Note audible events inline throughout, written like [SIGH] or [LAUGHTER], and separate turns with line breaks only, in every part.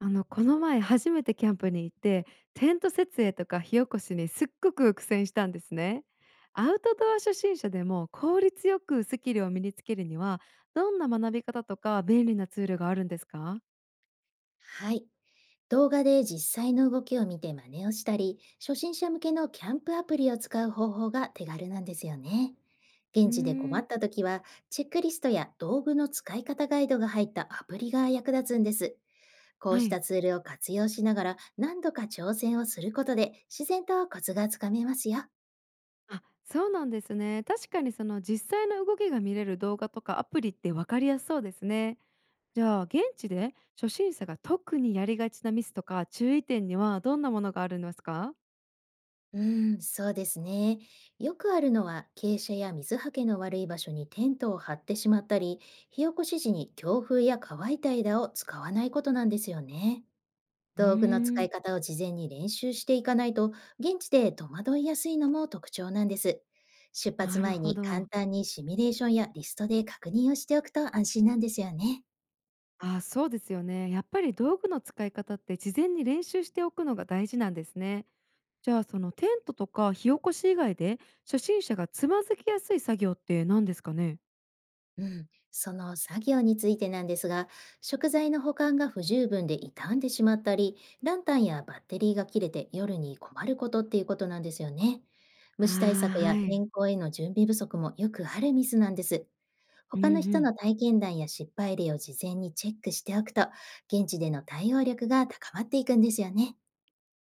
この前初めてキャンプに行って、テント設営とか火起こしにすっごく苦戦したんですね。アウトドア初心者でも効率よくスキルを身につけるには、どんな学び方とか便利なツールがあるんですか？
はい。動画で実際の動きを見て真似をしたり、初心者向けのキャンプアプリを使う方法が手軽なんですよね。
う
現地で困
ー
っ
ん、
た時は、チェックリストや道具の使い方ガイドが入ったアプリが役立つんです。こう
は
した
い。
ツールを活用しながら何度か挑戦をすることで自然とコツがつかめますよ。
あ、そうなんですね。確かに実際の動きが見れる動画とかアプリってわかりやすそうですね。じゃあ現地で初心者が特にやりがちなミスとか注意点にはどんなものがあるんですか？
うん、そうですね。よくあるのは、傾斜や水はけの悪い場所にテントを張ってしまったり、火起こし時に強風や乾いた枝を使わないことなんですよね。
う
道具の使
ー
い
ん。
方を事前に練習していかないと、現地で戸惑いやすいのも特徴なんです。出発
なる
前
ほ
に簡
ど。
単にシミュレーションやリストで確認をしておくと安心なんですよね。
ああ、そうですよね。やっぱり道具の使い方って事前に練習しておくのが大事なんですね。じゃあそのテントとか火起こし以外で初心者がつまずきやすい作業って何ですかね？
うん、その作業についてなんですが、食材の保管が不十分で傷んでしまったり、ランタンやバッテリーが切れて夜に困ることっていうことなんですよね。
ああ、
虫対策や
はい。
天候への準備不足もよくあるミスなんです。
うん
他
う
の人
ん。
の体験談や失敗例を事前にチェックしておくと、現地での対応力が高まっていくんですよね。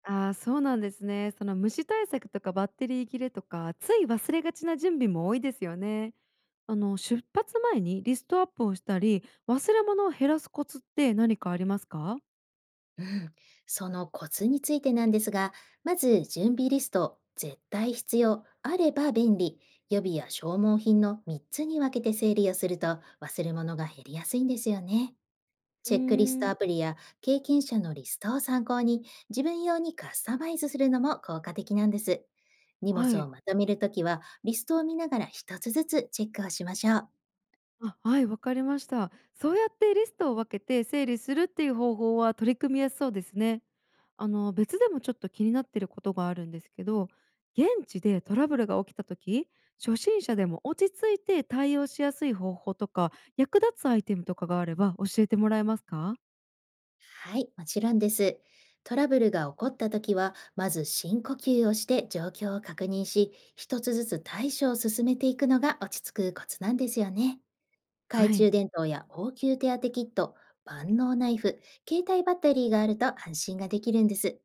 ああ、そうなんですね。その虫対策とかバッテリー切れとかつい忘れがちな準備も多いですよね。出発前にリストアップをしたり忘れ物を減らすコツって何かありますか？
[LAUGHS] うん、そのコツについてなんですが、まず準備リスト、絶対必要、あれば便利、予備や消耗品の3つに分けて整理をすると忘れ物が減りやすいんですよね。
うー
チェックリストア
ん。
プリや経験者のリストを参考に自分用にカスタマイズするのも効果的なんです。荷
は
物
い。
をまとめるときはリストを見ながら一つずつチェックをしましょう。
あ、はい、わかりました。そうやってリストを分けて整理するっていう方法は取り組みやすそうですね。別でもちょっと気になってることがあるんですけど、現地でトラブルが起きた時、初心者でも落ち着いて対応しやすい方法とか役立つアイテムとかがあれば教えてもらえますか？
はい、もちろんです。トラブルが起こったときは、まず深呼吸をして状況を確認し、一つずつ対処を進めていくのが落ち着くコツなんですよね。
は
懐
い。
中電灯や応急手当キット、万能ナイフ、携帯バッテリーがあると安心ができるんです。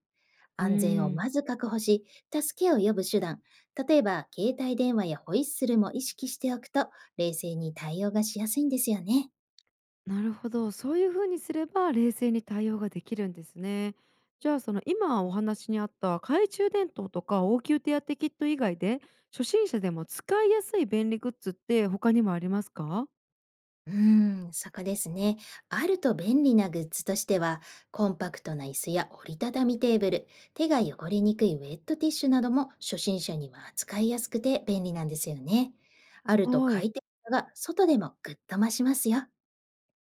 うー
安全を
ん。
まず確保し、助けを呼ぶ手段、例えば携帯電話やホイッスルも意識しておくと、冷静に対応がしやすいんですよね。
なるほど、そういう風にすれば冷静に対応ができるんですね。じゃあその今お話にあった懐中電灯とか応急手当キット以外で初心者でも使いやすい便利グッズって他にもありますか？
うーん、そこですね。あると便利なグッズとしては、コンパクトな椅子や折りたたみテーブル、手が汚れにくいウェットティッシュなども初心者には扱いやすくて便利なんですよね。あると
はい。
快適さが外でもぐっと増しますよ。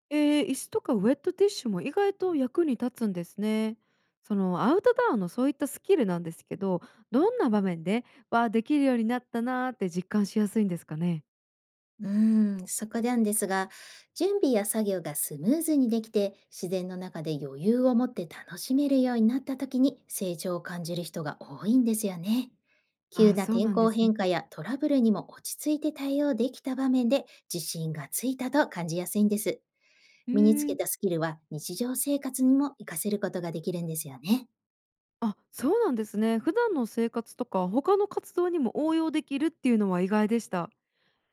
椅子とかウェットティッシュも意外と役に立つんですね。そのアウトドアのそういったスキルなんですけど、どんな場面でわあできるようになったなーって実感しやすいんですかね？
うーん、そこなんですが、準備や作業がスムーズにできて、自然の中で余裕を持って楽しめるようになった時に成長を感じる人が多いんですよね。
あ
急
あー、
な
そう
天
なんで
候
すね。
変化やトラブルにも落ち着いて対応できた場面で自信がついたと感じやすいんです。
う
身につ
ー
け
ん。
たスキルは日常生活にも活かせることができるんですよね。
あ、そうなんですね。普段の生活とか他の活動にも応用できるっていうのは意外でした。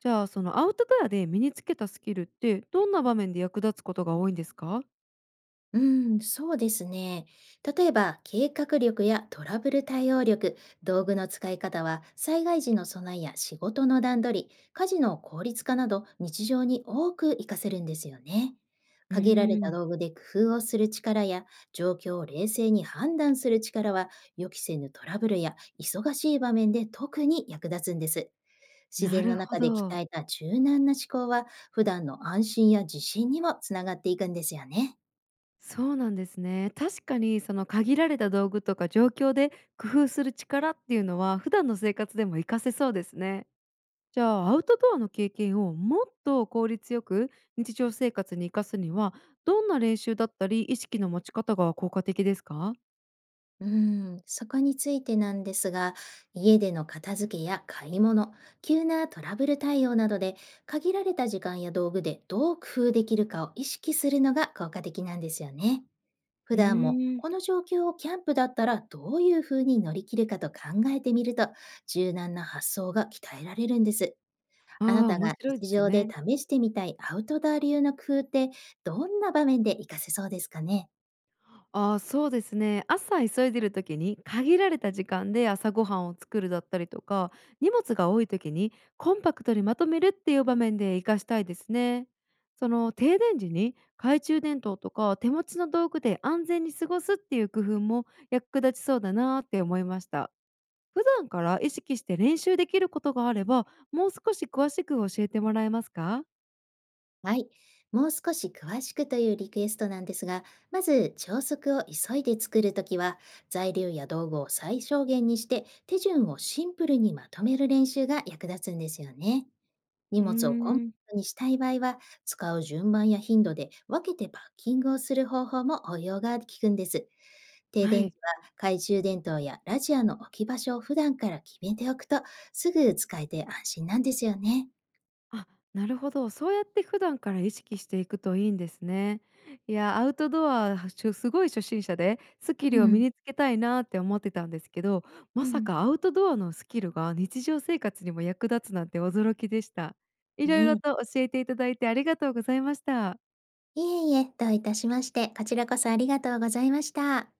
じゃあそのアウトドアで身につけたスキルってどんな場面で役立つことが多いんですか？
うん、そうですね。例えば、計画力やトラブル対応力、道具の使い方は、災害時の備えや仕事の段取り、家事の効率化など、日常に多く活かせるんですよね。
う
限られ
ー
た
ん。
道具で工夫をする力や、状況を冷静に判断する力は、予期せぬトラブルや忙しい場面で特に役立つんです。自
な
然の
るほ
中で鍛
ど。
えた柔軟な思考は、普段の安心や自信にもつながっていくんですよね。
そうなんですね。確かに限られた道具とか状況で工夫する力っていうのは普段の生活でも活かせそうですね。じゃあアウトドアの経験をもっと効率よく日常生活に活かすには、どんな練習だったり意識の持ち方が効果的ですか？
うん、そこについてなんですが、家での片付けや買い物、急なトラブル対応などで、限られた時間や道具でどう工夫できるかを意識するのが効果的なんですよね。普
う
段も、
ーん、
この状況をキャンプだったらどういうふうに乗り切るかと考えてみると、柔軟な発想が鍛えられるんです。
あ
あな
あ、
た
面
が
白いで
日
す
常で
ね。
試してみたいアウトドア流の工夫って、どんな場面で活かせそうですかね？
ああ、そうですね。朝急いでる時に限られた時間で朝ごはんを作るだったりとか、荷物が多い時にコンパクトにまとめるっていう場面で活かしたいですね。その停電時に懐中電灯とか手持ちの道具で安全に過ごすっていう工夫も役立ちそうだなーって思いました。普段から意識して練習できることがあれば、もう少し詳しく教えてもらえますか？
はい。もう少し詳しくというリクエストなんですが、まず朝食を急いで作るときは、材料や道具を最小限にして、手順をシンプルにまとめる練習が役立つんですよね。荷
うー
物をコンパ
ん、
クトにしたい場合は、使う順番や頻度で分けてパッキングをする方法も応用が効くんです。停
は
電
い。
時は懐中電灯やラジオの置き場所を普段から決めておくと、すぐ使えて安心なんですよね。
あ、なるほど。そうやって普段から意識していくといいんですね。いや、アウトドア、はしゅすごい初心者で、スキ
う
ルを身
ん、
につけたいなって思ってたんですけど、
う
まさ
ん。
かアウトドアのスキルが日常生活にも役立つなんて驚きでした。い
ね
ろいろ
え、
と教えていただいてありがとうございました。
いえいえ、どういたしまして、こちらこそありがとうございました。